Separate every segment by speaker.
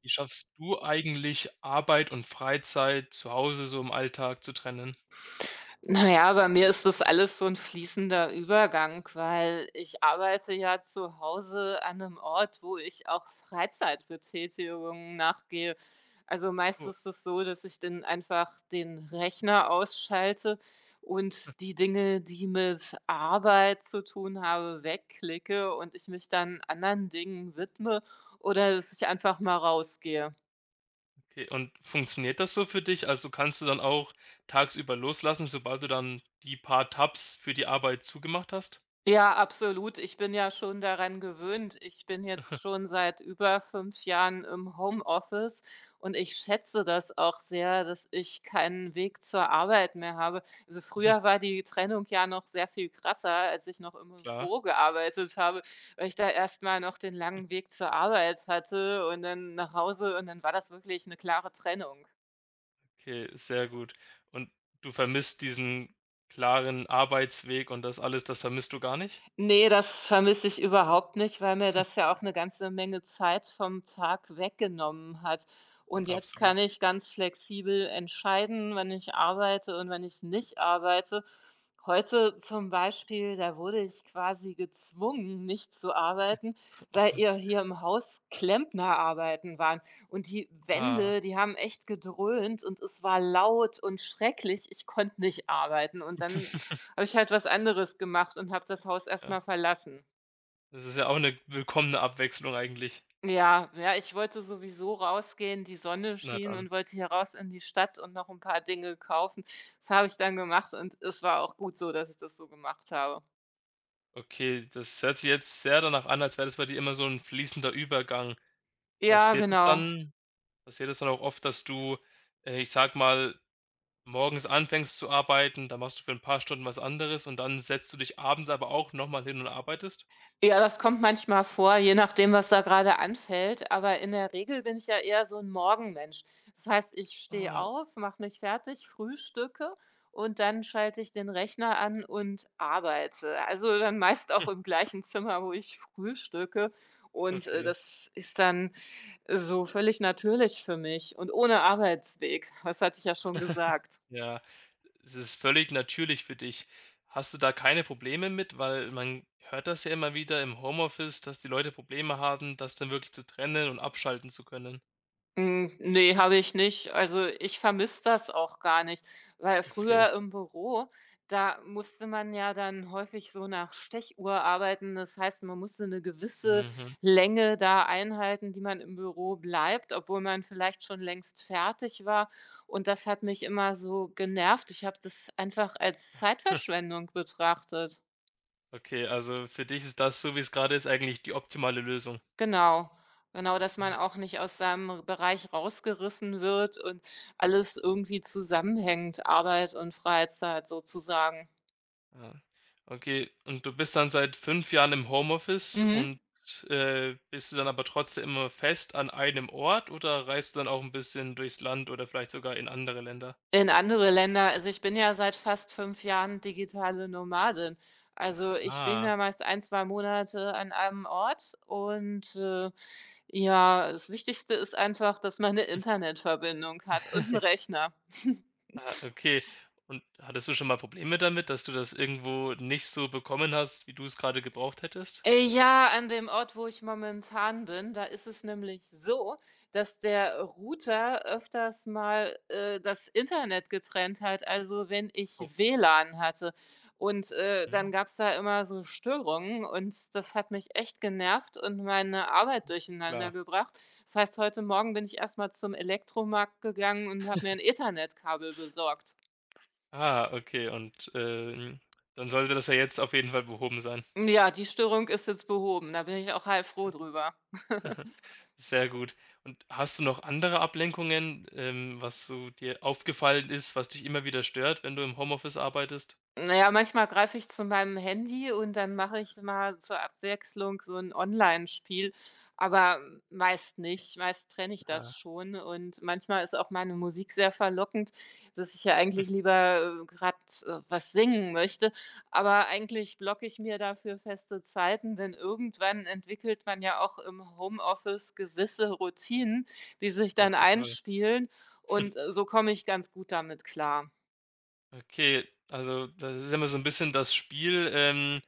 Speaker 1: Wie schaffst du eigentlich, Arbeit und Freizeit zu Hause so im Alltag zu trennen?
Speaker 2: Na ja, bei mir ist das alles so ein fließender Übergang, weil ich arbeite ja zu Hause an einem Ort, wo ich auch Freizeitbetätigungen nachgehe. Also, meist
Speaker 1: Oh,
Speaker 2: ist es so, dass ich dann einfach den Rechner ausschalte und die Dinge, die mit Arbeit zu tun haben, wegklicke und ich mich dann anderen Dingen widme oder dass ich einfach mal rausgehe.
Speaker 1: okay. Und funktioniert das so für dich? Also kannst du dann auch tagsüber loslassen, sobald du dann die paar Tabs für die Arbeit zugemacht hast?
Speaker 2: Ja, absolut. Ich bin ja schon daran gewöhnt. Ich bin jetzt schon seit über 5 Jahren im Homeoffice und ich schätze das auch sehr, dass ich keinen Weg zur Arbeit mehr habe. Also früher war die Trennung ja noch sehr viel krasser, als ich noch im
Speaker 1: Klar,
Speaker 2: Büro gearbeitet habe, weil ich da erst mal noch den langen Weg zur Arbeit hatte und dann nach Hause und dann war das wirklich eine klare Trennung.
Speaker 1: okay, sehr gut. Und du vermisst diesen klaren Arbeitsweg und das alles, das vermisst du gar nicht?
Speaker 2: Ne, das vermisse ich überhaupt nicht, weil mir das ja auch eine ganze Menge Zeit vom Tag weggenommen hat. Und jetzt kann
Speaker 1: Absolut.
Speaker 2: ich ganz flexibel entscheiden, wann ich arbeite und wann ich nicht arbeite. Heute zum Beispiel, da wurde ich quasi gezwungen, nicht zu arbeiten, weil ihr hier im Haus Klempnerarbeiten waren. Und die
Speaker 1: Ah,
Speaker 2: Wände, die haben echt gedröhnt und es war laut und schrecklich. Ich konnte nicht arbeiten und dann habe ich halt was anderes gemacht und habe das Haus erst
Speaker 1: ja.
Speaker 2: mal verlassen.
Speaker 1: Das ist ja auch eine willkommene Abwechslung eigentlich.
Speaker 2: Ja, ja, ich wollte sowieso rausgehen, die Sonne
Speaker 1: Na
Speaker 2: schien
Speaker 1: dann.
Speaker 2: und wollte hier raus in die Stadt und noch ein paar Dinge kaufen. Das habe ich dann gemacht und es war auch gut so, dass ich das so gemacht habe.
Speaker 1: Okay, das hört sich jetzt sehr danach an, als wäre das bei dir immer so 'n fließender Übergang.
Speaker 2: Ja,
Speaker 1: Passiert es
Speaker 2: genau.
Speaker 1: dann passiert es dann auch oft, dass du, ich sage mal, morgens anfängst zu arbeiten, dann machst du für 'n paar Stunden was anderes und dann setzt du dich abends aber auch noch mal hin und arbeitest?
Speaker 2: Ja, das kommt manchmal vor, je nachdem, was da gerade anfällt, aber in der Regel bin ich ja eher so ein Morgenmensch. Das heißt, ich stehe
Speaker 1: Ah,
Speaker 2: auf, mache mich fertig, frühstücke und dann schalte ich den Rechner an und arbeite. Also, dann meist auch im gleichen Zimmer, wo ich frühstücke und
Speaker 1: okay.
Speaker 2: das ist dann so völlig natürlich für mich und ohne Arbeitsweg. Das hatte ich ja schon gesagt.
Speaker 1: Ja, es ist völlig natürlich für dich. Hast du da keine Probleme mit? Weil man hört das ja immer wieder im Homeoffice, dass die Leute Probleme haben, das dann wirklich zu trennen und abschalten zu können.
Speaker 2: Hm, ne, habe ich nicht. Also, ich vermisse das auch gar nicht, weil
Speaker 1: Okay.
Speaker 2: früher im Büro, da musste man ja dann häufig so nach Stechuhr arbeiten. Das heißt, man musste eine gewisse
Speaker 1: Mhm.
Speaker 2: Länge da einhalten, die man im Büro bleibt, obwohl man vielleicht schon längst fertig war. Und das hat mich immer so genervt. Ich habe das einfach als Zeitverschwendung betrachtet.
Speaker 1: Okay, also für dich ist das, so wie es gerade ist, eigentlich die optimale Lösung.
Speaker 2: Genau. Genau, dass man auch nicht aus seinem Bereich rausgerissen wird und alles irgendwie zusammenhängt, Arbeit und Freizeit sozusagen.
Speaker 1: Ja. Okay, und du bist dann seit 5 Jahren im Homeoffice
Speaker 2: Mhm.
Speaker 1: und, bist du dann aber trotzdem immer fest an einem Ort oder reist du dann auch ein bisschen durchs Land oder vielleicht sogar in andere Länder?
Speaker 2: In andere Länder. Also ich bin ja seit fast 5 Jahren digitale Nomadin. Also ich bin
Speaker 1: Ah.
Speaker 2: ja meist ein, 2 Monate an einem Ort und ja, das Wichtigste ist einfach, dass man eine Internetverbindung hat und einen Rechner.
Speaker 1: Ah, okay. Und hattest du schon mal Probleme damit, dass du das irgendwo nicht so bekommen hast, wie du es gerade gebraucht hättest?
Speaker 2: Ja, an dem Ort, wo ich momentan bin, da ist es nämlich so, dass der Router öfters mal das Internet getrennt hat, also wenn
Speaker 1: Oh,
Speaker 2: ich WLAN hatte. Und dann
Speaker 1: mhm,
Speaker 2: gab's da immer so Störungen und das hat mich echt genervt und meine Arbeit
Speaker 1: klar.
Speaker 2: durcheinandergebracht. Das heißt, heute Morgen bin ich erst mal zum Elektromarkt gegangen und habe mir ein Ethernet-Kabel besorgt.
Speaker 1: Ah, okay und, dann sollte das ja jetzt auf jeden Fall behoben sein.
Speaker 2: Ja, die Störung ist jetzt behoben, da bin ich auch heilfroh drüber.
Speaker 1: Sehr gut. Und hast du noch andere Ablenkungen, was so dir aufgefallen ist, was dich immer wieder stört, wenn du im Homeoffice arbeitest?
Speaker 2: Naja, manchmal greife ich zu meinem Handy und dann mache ich mal zur Abwechslung so ein Online-Spiel, aber meist nicht. Meist trenne ich
Speaker 1: Ah,
Speaker 2: das schon und manchmal ist auch meine Musik sehr verlockend, dass ich ja eigentlich lieber, gerade was singen möchte, aber eigentlich blocke ich mir dafür feste Zeiten, denn irgendwann entwickelt man ja auch im Homeoffice gewisse Routinen, die sich
Speaker 1: auf
Speaker 2: dann
Speaker 1: jeden Fall.
Speaker 2: einspielen und so komme ich ganz gut damit klar.
Speaker 1: Okay, also das ist immer so ein bisschen das Spiel,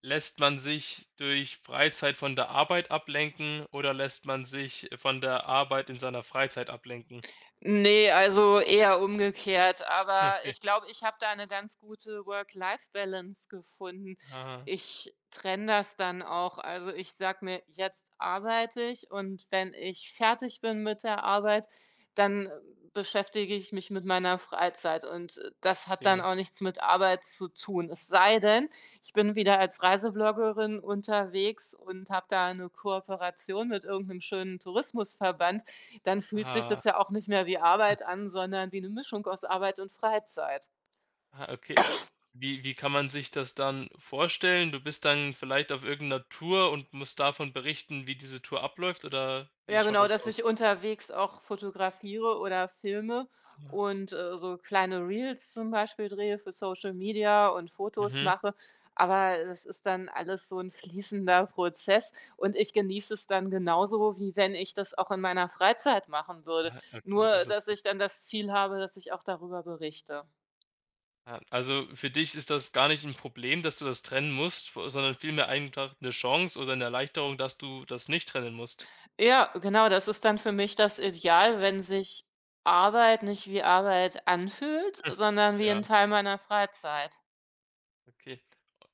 Speaker 1: lässt man sich durch Freizeit von der Arbeit ablenken oder lässt man sich von der Arbeit in seiner Freizeit ablenken?
Speaker 2: Nee, also eher umgekehrt, aber
Speaker 1: Okay.
Speaker 2: ich glaube, ich habe da eine ganz gute Work-Life-Balance gefunden.
Speaker 1: Ah,
Speaker 2: Ich trenne das dann auch. Also, ich sag mir: „Jetzt arbeite ich und wenn ich fertig bin mit der Arbeit, dann beschäftige ich mich mit meiner Freizeit und das hat dann
Speaker 1: okay.
Speaker 2: auch nichts mit Arbeit zu tun.“ Es sei denn, ich bin wieder als Reisebloggerin unterwegs und habe da eine Kooperation mit irgendeinem schönen Tourismusverband, dann fühlt sich das
Speaker 1: Ah.
Speaker 2: ja auch nicht mehr wie Arbeit an, sondern wie eine Mischung aus Arbeit und Freizeit.
Speaker 1: Ah, okay. Wie kann man sich das dann vorstellen? Du bist dann vielleicht auf irgendeiner Tour und musst davon berichten, wie diese Tour abläuft oder wie
Speaker 2: Ja,
Speaker 1: schaut
Speaker 2: genau,
Speaker 1: das
Speaker 2: dass
Speaker 1: aus?
Speaker 2: ich unterwegs auch fotografiere oder filme
Speaker 1: Ah,
Speaker 2: und so kleine Reels zum Beispiel drehe für Social Media und Fotos
Speaker 1: mhm.
Speaker 2: mache. Aber das ist dann alles so ein fließender Prozess und ich genieße es dann genauso, wie wenn ich das auch in meiner Freizeit machen würde.
Speaker 1: Ah, okay,
Speaker 2: Nur,
Speaker 1: das ist
Speaker 2: dass
Speaker 1: gut.
Speaker 2: ich dann das Ziel habe, dass ich auch darüber berichte.
Speaker 1: Ah, also für dich ist das gar nicht ein Problem, dass du das trennen musst, vo sondern vielmehr einfach eine Chance oder eine Erleichterung, dass du das nicht trennen musst.
Speaker 2: Ja, genau, das ist dann für mich das Ideal, wenn sich Arbeit nicht wie Arbeit anfühlt, sondern wie
Speaker 1: Ja,
Speaker 2: ein Teil meiner Freizeit.
Speaker 1: okay.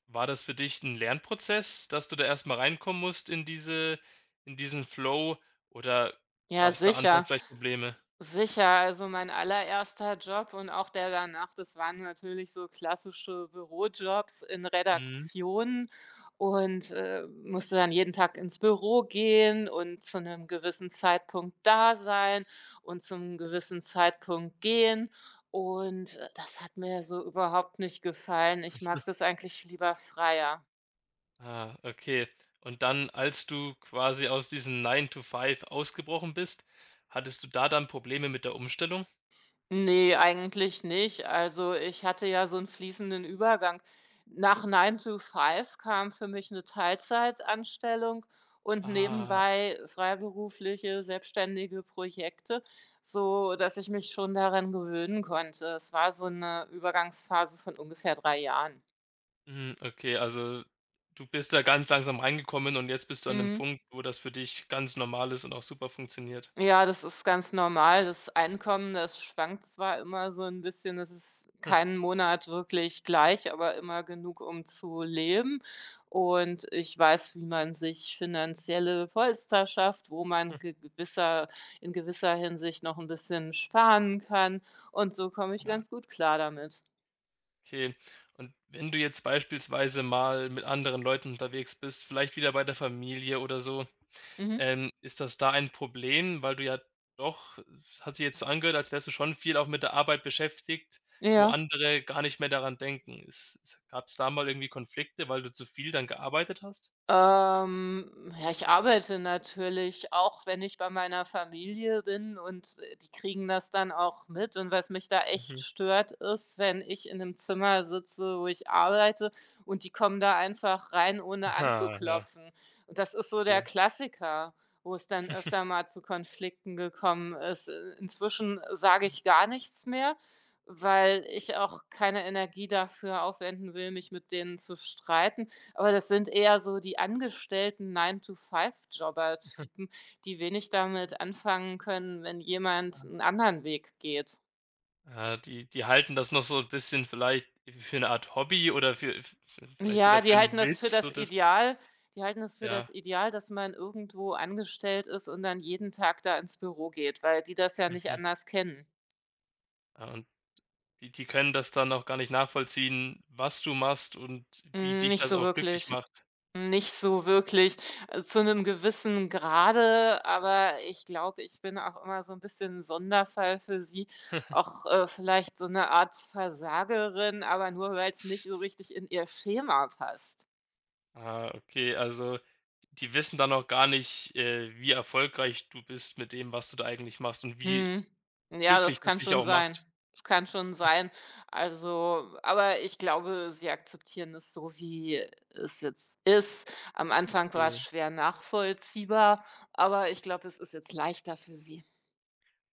Speaker 1: War das für dich ein Lernprozess, dass du da erst mal reinkommen musst in diesen Flow oder
Speaker 2: Ja,
Speaker 1: gab es da
Speaker 2: sicher.
Speaker 1: anfangs vielleicht Probleme?
Speaker 2: Sicher, also mein allererster Job und auch der danach, das waren natürlich so klassische Bürojobs in
Speaker 1: Mhm.
Speaker 2: Redaktionen und musste dann jeden Tag ins Büro gehen und zu einem gewissen Zeitpunkt da sein und zum gewissen Zeitpunkt gehen. Und das hat mir so überhaupt nicht gefallen. Ich mag das eigentlich lieber freier.
Speaker 1: Ah, okay. Und dann, als du quasi aus diesem nine to five ausgebrochen bist, hattest du da dann Probleme mit der Umstellung?
Speaker 2: Ne, eigentlich nicht. Also, ich hatte ja so einen fließenden Übergang. Nach Nine to Five kam für mich eine Teilzeitanstellung und
Speaker 1: Ah,
Speaker 2: nebenbei freiberufliche, selbstständige Projekte, so dass ich mich schon daran gewöhnen konnte. Es war so eine Übergangsphase von ungefähr 3 Jahren.
Speaker 1: mhm, okay, also du bist da ganz langsam reingekommen und jetzt bist du an dem
Speaker 2: Mhm.
Speaker 1: Punkt, wo das für dich ganz normal ist und auch super funktioniert.
Speaker 2: Ja, das ist ganz normal. Das Einkommen, das schwankt zwar immer so ein bisschen, das ist
Speaker 1: Hm,
Speaker 2: keinen Monat wirklich gleich, aber immer genug, um zu leben. Und ich weiß, wie man sich finanzielle Polster schafft, wo
Speaker 1: hm.
Speaker 2: man ge gewisser in gewisser Hinsicht noch ein bisschen sparen kann. Und so komme ich
Speaker 1: Ah,
Speaker 2: ganz gut klar damit.
Speaker 1: okay. Und wenn du jetzt beispielsweise mal mit anderen Leuten unterwegs bist, vielleicht wieder bei der Familie oder so,
Speaker 2: Mhm.
Speaker 1: Ist das da ein Problem, weil du ja doch es hat sich jetzt so angehört, als wärst du schon viel auch mit der Arbeit beschäftigt, wo
Speaker 2: Ja.
Speaker 1: andere gar nicht mehr daran denken. Ist ist gab's da mal irgendwie Konflikte, weil du zu viel dann gearbeitet hast?
Speaker 2: Ja, ich arbeite natürlich, auch wenn ich bei meiner Familie bin und die kriegen das dann auch mit. Und was mich da echt
Speaker 1: Mhm.
Speaker 2: stört, ist, wenn ich in 'nem Zimmer sitze, wo ich arbeite und die kommen da einfach rein, ohne
Speaker 1: Aha, ja,
Speaker 2: anzuklopfen. Und das ist so der
Speaker 1: okay.
Speaker 2: Klassiker, wo es dann öfter mal zu Konflikten gekommen ist. Inzwischen sage ich gar nichts mehr, weil ich auch keine Energie dafür aufwenden will, mich mit denen zu streiten. Aber das sind eher so die angestellten Nine-to-Five-Jobber-Typen, die wenig damit anfangen können, wenn jemand 'n anderen Weg geht.
Speaker 1: Ah, die halten das noch so ein bisschen vielleicht für eine Art Hobby oder für v v vielleicht sogar
Speaker 2: Ja,
Speaker 1: für einen Witz, so das
Speaker 2: Die halten das für
Speaker 1: ja.
Speaker 2: das Ideal, dass man irgendwo angestellt ist und dann jeden Tag da ins Büro geht, weil die das ja nicht
Speaker 1: Mhm.
Speaker 2: anders kennen.
Speaker 1: Ah, und die können das dann auch gar nicht nachvollziehen, was du machst und wie
Speaker 2: Hm,
Speaker 1: dich
Speaker 2: nicht
Speaker 1: das
Speaker 2: so
Speaker 1: auch glücklich
Speaker 2: wirklich.
Speaker 1: macht.
Speaker 2: Nicht so wirklich, zu einem gewissen Grade, aber ich glaube, ich bin auch immer so ein bisschen 'n Sonderfall für sie, auch vielleicht so 'ne Art Versagerin, aber nur weil's nicht so richtig in ihr Schema passt.
Speaker 1: Ah, okay, also die wissen dann auch gar nicht, wie erfolgreich du bist mit dem, was du da eigentlich machst und wie
Speaker 2: Mhm. Ja,
Speaker 1: glücklich
Speaker 2: das
Speaker 1: das
Speaker 2: kann
Speaker 1: dich
Speaker 2: schon
Speaker 1: auch
Speaker 2: sein.
Speaker 1: macht.
Speaker 2: Das kann schon sein. Also aber ich glaube, sie akzeptieren es so, wie es jetzt ist. Am Anfang war's
Speaker 1: Okay.
Speaker 2: schwer nachvollziehbar, aber ich glaube, es ist jetzt leichter für sie.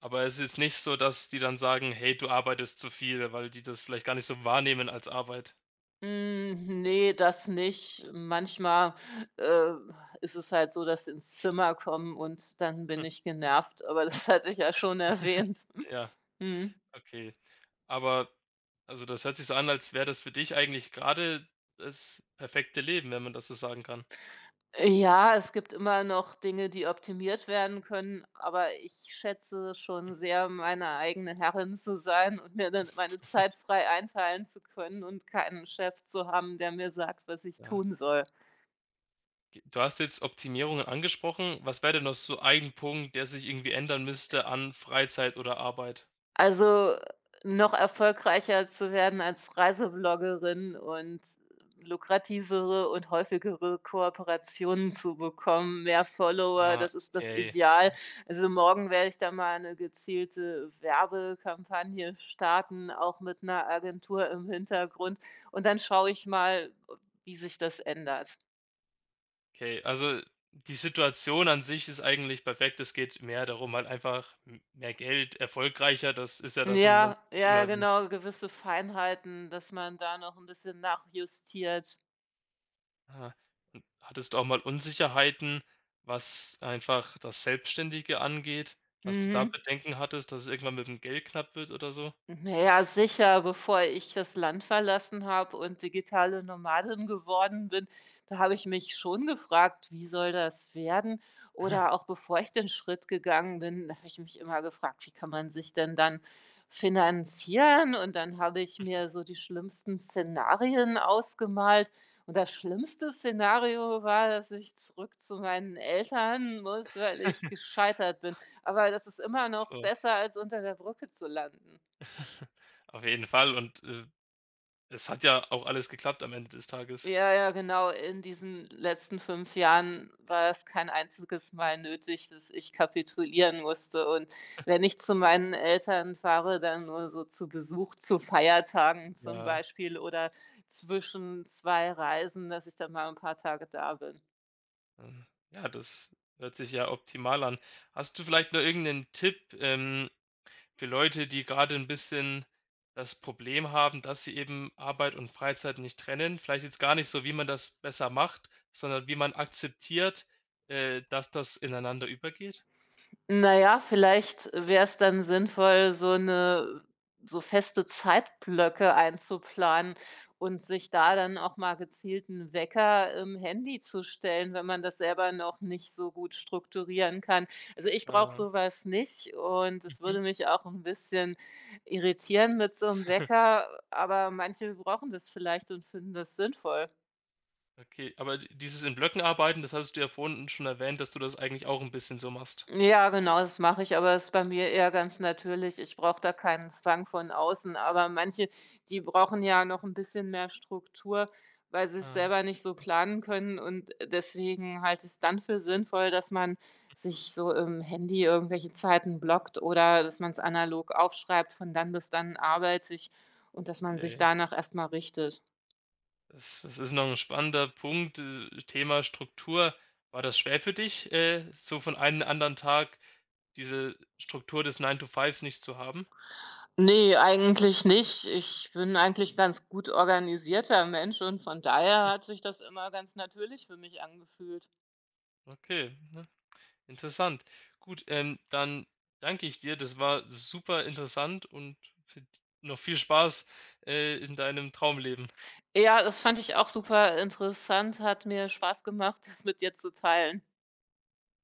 Speaker 1: Aber es ist nicht so, dass die dann sagen: „Hey, du arbeitest zu viel", weil die das vielleicht gar nicht so wahrnehmen als Arbeit.
Speaker 2: Hm, ne, das nicht. Manchmal, äh, ist es halt so, dass sie ins Zimmer kommen und dann bin ich genervt, aber das hatte ich ja schon erwähnt.
Speaker 1: Ja,
Speaker 2: Mhm.
Speaker 1: okay. Aber also das hört sich so an, als wäre das für dich eigentlich gerade das perfekte Leben, wenn man das so sagen kann.
Speaker 2: Ja, es gibt immer noch Dinge, die optimiert werden können, aber ich schätze schon sehr, meine eigene Herrin zu sein und mir dann meine Zeit frei einteilen zu können und keinen Chef zu haben, der mir sagt, was ich
Speaker 1: Ja.
Speaker 2: tun soll.
Speaker 1: G Du hast jetzt Optimierungen angesprochen. Was wäre denn noch so ein Punkt, der sich irgendwie ändern müsste an Freizeit oder Arbeit?
Speaker 2: Also, noch erfolgreicher zu werden als Reisebloggerin und lukrativere und häufigere Kooperationen zu bekommen, mehr Follower,
Speaker 1: Ah,
Speaker 2: das ist das
Speaker 1: okay,
Speaker 2: Ideal. Also, morgen werde ich da mal eine gezielte Werbekampagne starten, auch mit einer Agentur im Hintergrund und dann schaue ich mal, wie sich das ändert.
Speaker 1: okay. Also, die Situation an sich ist eigentlich perfekt. Es geht mehr darum, halt einfach m mehr Geld, erfolgreicher. Das ist ja das, was man
Speaker 2: Ja,
Speaker 1: sich
Speaker 2: ja,
Speaker 1: immer wünscht.
Speaker 2: genau, gewisse Feinheiten, dass man da noch ein bisschen nachjustiert.
Speaker 1: Ah, und hattest du auch mal Unsicherheiten, was einfach das Selbstständige angeht, dass du da
Speaker 2: Mhm.
Speaker 1: Bedenken hattest, dass es irgendwann mit dem Geld knapp wird oder so?
Speaker 2: Na ja, sicher, bevor ich das Land verlassen habe und digitale Nomadin geworden bin, da habe ich mich schon gefragt, wie soll das werden? Oder auch bevor ich den Schritt gegangen bin, da habe ich mich immer gefragt, wie kann man sich denn dann finanzieren? Und dann habe ich mir so die schlimmsten Szenarien ausgemalt. Und das schlimmste Szenario war, dass ich zurück zu meinen Eltern muss, weil ich gescheitert bin. Aber das ist immer noch
Speaker 1: So.
Speaker 2: besser, als unter der Brücke zu landen.
Speaker 1: Auf jeden Fall und, es hat ja auch alles geklappt am Ende des Tages.
Speaker 2: Ja, ja, genau. In diesen letzten 5 Jahren war es kein einziges Mal nötig, dass ich kapitulieren musste. Und wenn ich zu meinen Eltern fahre, dann nur so zu Besuch, zu Feiertagen zum
Speaker 1: Ja,
Speaker 2: Beispiel oder zwischen 2 Reisen, dass ich dann mal ein paar Tage da bin.
Speaker 1: ja, das hört sich ja optimal an. Hast du vielleicht noch irgendeinen Tipp, für Leute, die gerade 'n bisschen das Problem haben, dass sie eben Arbeit und Freizeit nicht trennen? Vielleicht jetzt gar nicht so, wie man das besser macht, sondern wie man akzeptiert, dass das ineinander übergeht?
Speaker 2: Na ja, vielleicht wäre es dann sinnvoll, so feste Zeitblöcke einzuplanen und sich da dann auch mal gezielt 'n Wecker im Handy zu stellen, wenn man das selber noch nicht so gut strukturieren kann. Also, ich brauche
Speaker 1: Ah,
Speaker 2: so was nicht und es
Speaker 1: mhm,
Speaker 2: würde mich auch 'n bisschen irritieren mit so 'm Wecker, aber manche brauchen das vielleicht und finden das sinnvoll.
Speaker 1: okay. Aber d dieses in Blöcken arbeiten, das hattest du ja vorhin schon erwähnt, dass du das eigentlich auch 'n bisschen so machst.
Speaker 2: Ja, genau, das mache ich, aber es ist bei mir eher ganz natürlich. Ich brauche da keinen Zwang von außen, aber manche, die brauchen ja noch ein bisschen mehr Struktur, weil sie es
Speaker 1: Ah,
Speaker 2: selber nicht so planen können und deswegen halte ich's dann für sinnvoll, dass man sich so im Handy irgendwelche Zeiten blockt oder dass man es analog aufschreibt: „Von dann bis dann arbeite ich“, und dass man sich
Speaker 1: okay.
Speaker 2: danach erst mal richtet.
Speaker 1: Das ist noch ein spannender Punkt, Thema Struktur. War das schwer für dich, so von einem anderen Tag diese Struktur des nine to 5 nicht zu haben?
Speaker 2: Ne, eigentlich nicht. Ich bin eigentlich 'n ganz gut organisierter Mensch und von daher hat sich das immer ganz natürlich für mich angefühlt.
Speaker 1: Okay, ne, interessant. Gut, dann danke ich dir. Das war super interessant und noch viel Spaß, in deinem Traumleben.
Speaker 2: Ja, das fand ich auch super interessant, hat mir Spaß gemacht, das mit dir zu teilen.